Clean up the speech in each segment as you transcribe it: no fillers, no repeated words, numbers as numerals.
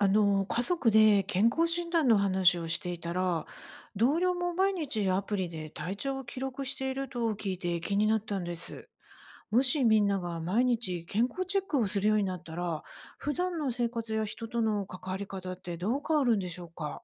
家族で健康診断の話をしていたら、同僚も毎日アプリで体調を記録していると聞いて気になったんです。もしみんなが毎日健康チェックをするようになったら、普段の生活や人との関わり方ってどう変わるんでしょうか？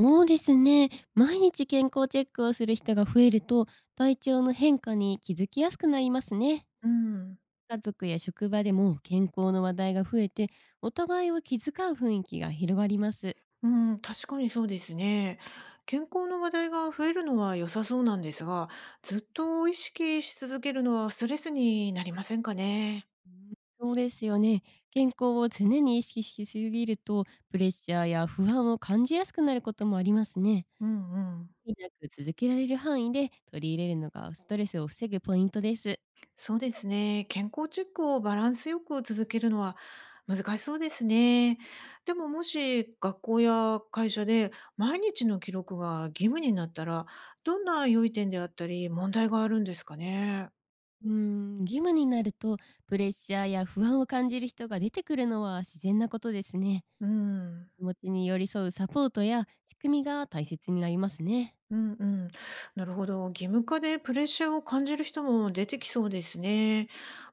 そうですね。毎日健康チェックをする人が増えると、体調の変化に気づきやすくなりますね。うん、家族や職場でも健康の話題が増えて、お互いを気遣う雰囲気が広がります。うん、確かにそうですね。健康の話題が増えるのは良さそうなんですが、ずっと意識し続けるのはストレスになりませんかね。うん、そうですよね。健康を常に意識しすぎると、プレッシャーや不安を感じやすくなることもありますね。うんうん。無理なく続けられる範囲で取り入れるのがストレスを防ぐポイントです。そうですね。健康チェックをバランスよく続けるのは難しそうですね。でももし学校や会社で毎日の記録が義務になったら、どんな良い点であったり問題があるんですかね。うーん、義務になると、プレッシャーや不安を感じる人が出てくるのは自然なことですね。うん。気持ちに寄り添うサポートや仕組みが大切になりますね。うんうん。なるほど。義務化でプレッシャーを感じる人も出てきそうですね。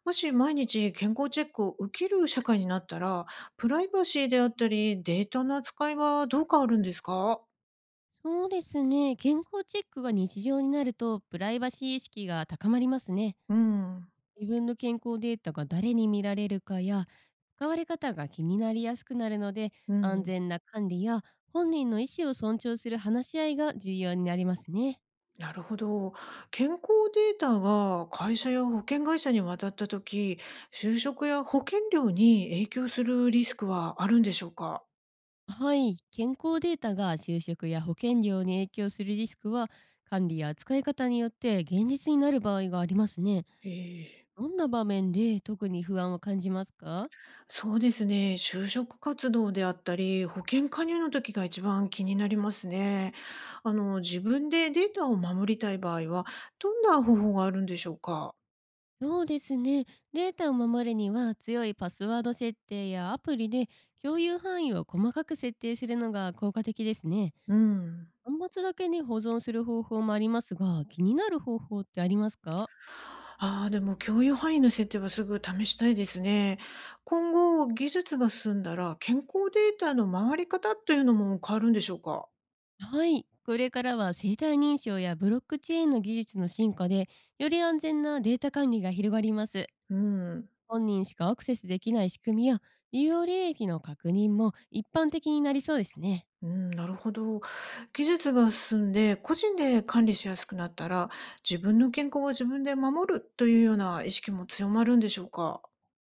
もし毎日健康チェックを受ける社会になったら、プライバシーであったりデータの扱いはどう変わるんですか？そうですね。健康チェックが日常になると、プライバシー意識が高まりますね。うん。自分の健康データが誰に見られるかや使われ方が気になりやすくなるので、う安ん、全な管理や本人の意思を尊重する話し合いが重要になりますね。なるほど。健康データが会社や保険会社に渡ったとき、就職や保険料に影響するリスクはあるんでしょうか？はい、健康データが就職や保険料に影響するリスクは、管理や扱い方によって現実になる場合がありますね。ええ、どんな場面で特に不安を感じますか？そうですね。就職活動であったり、保険加入の時が一番気になりますね。自分でデータを守りたい場合は、どんな方法があるんでしょうか？そうですね。データを守るには、強いパスワード設定やアプリで共有範囲を細かく設定するのが効果的ですね。うん。端末だけに保存する方法もありますが、気になる方法ってありますか？ああ、でも共有範囲の設定はすぐ試したいですね。今後、技術が進んだら、健康データの回り方というのも変わるんでしょうか？はい。これからは生体認証やブロックチェーンの技術の進化で、より安全なデータ管理が広がります。うん。本人しかアクセスできない仕組みや、利用履歴の確認も一般的になりそうですね。うん、なるほど。技術が進んで、個人で管理しやすくなったら、自分の健康は自分で守るというような意識も強まるんでしょうか？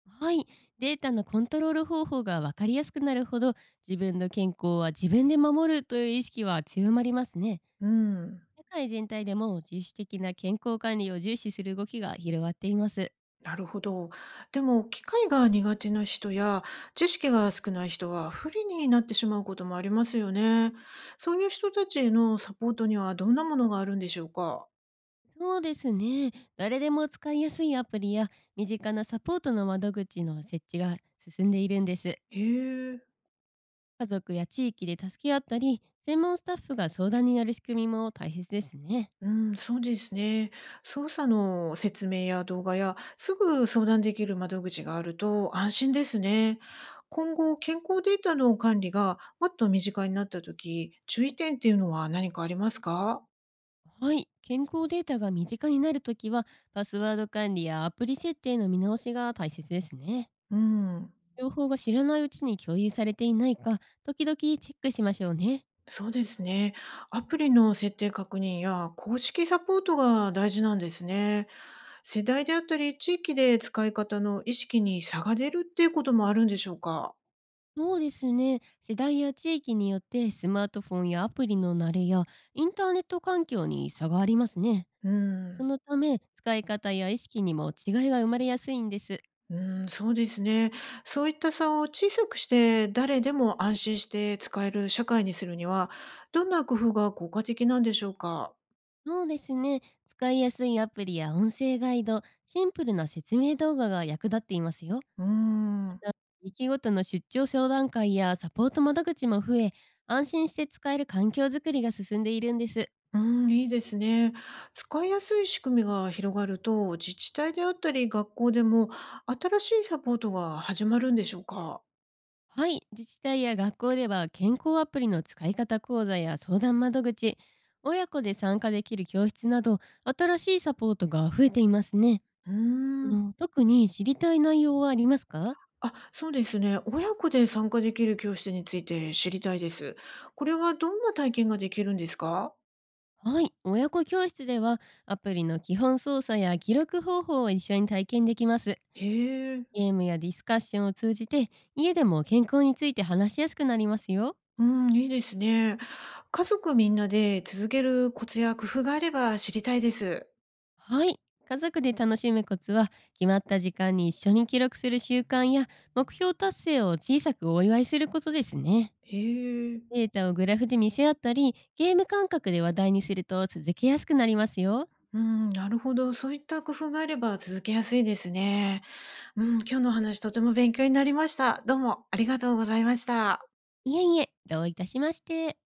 はい。データのコントロール方法が分かりやすくなるほど、自分の健康は自分で守るという意識は強まりますね。うん。社会全体でも、自主的な健康管理を重視する動きが広がっています。なるほど。でも、機械が苦手な人や、知識が少ない人は不利になってしまうこともありますよね。そういう人たちへのサポートにはどんなものがあるんでしょうか？そうですね。誰でも使いやすいアプリや身近なサポートの窓口の設置が進んでいるんです。へえ。家族や地域で助け合ったり、専門スタッフが相談になる仕組みも大切ですね。うん、そうですね。操作の説明や動画や、すぐ相談できる窓口があると安心ですね。今後、健康データの管理がもっと身近になったとき、注意点っていうのは何かありますか？はい。健康データが身近になるときは、パスワード管理やアプリ設定の見直しが大切ですね。うん。情報が知らないうちに共有されていないか、時々チェックしましょうね。そうですね。アプリの設定確認や公式サポートが大事なんですね。世代であったり地域で使い方の意識に差が出るっていうこともあるんでしょうか？そうですね。世代や地域によって、スマートフォンやアプリの慣れやインターネット環境に差がありますね。うそん、のため、使い方や意識にも違いが生まれやすいんです。うん、そうですね。そういった差を小さくして誰でも安心して使える社会にするには、どんな工夫が効果的なんでしょうか？そうですね。使いやすいアプリや音声ガイド、シンプルな説明動画が役立っていますよ。うまん。た、地域ごとの出張相談会やサポート窓口も増え、安心して使える環境づくりが進んでいるんです。うん、いいですね。使いやすい仕組みが広がると、自治体であったり学校でも新しいサポートが始まるんでしょうか？はい、自治体や学校では、健康アプリの使い方講座や相談窓口、親子で参加できる教室など、新しいサポートが増えていますね。うーん。特に知りたい内容はありますか？あ、そうですね。親子で参加できる教室について知りたいです。これはどんな体験ができるんですか？はい、親子教室では、アプリの基本操作や記録方法を一緒に体験できます。へえ。ゲームやディスカッションを通じて、家でも健康について話しやすくなりますよ。うん、いいですね。家族みんなで続けるコツや工夫があれば知りたいです。はい。家族で楽しむコツは、決まった時間に一緒に記録する習慣や、目標達成を小さくお祝いすることですね。へえ。データをグラフで見せ合ったり、ゲーム感覚で話題にすると続けやすくなりますよ。うん、なるほど。そういった工夫があれば続けやすいですね。うん、今日のお話とても勉強になりました。どうもありがとうございました。いえいえ、どういたしまして。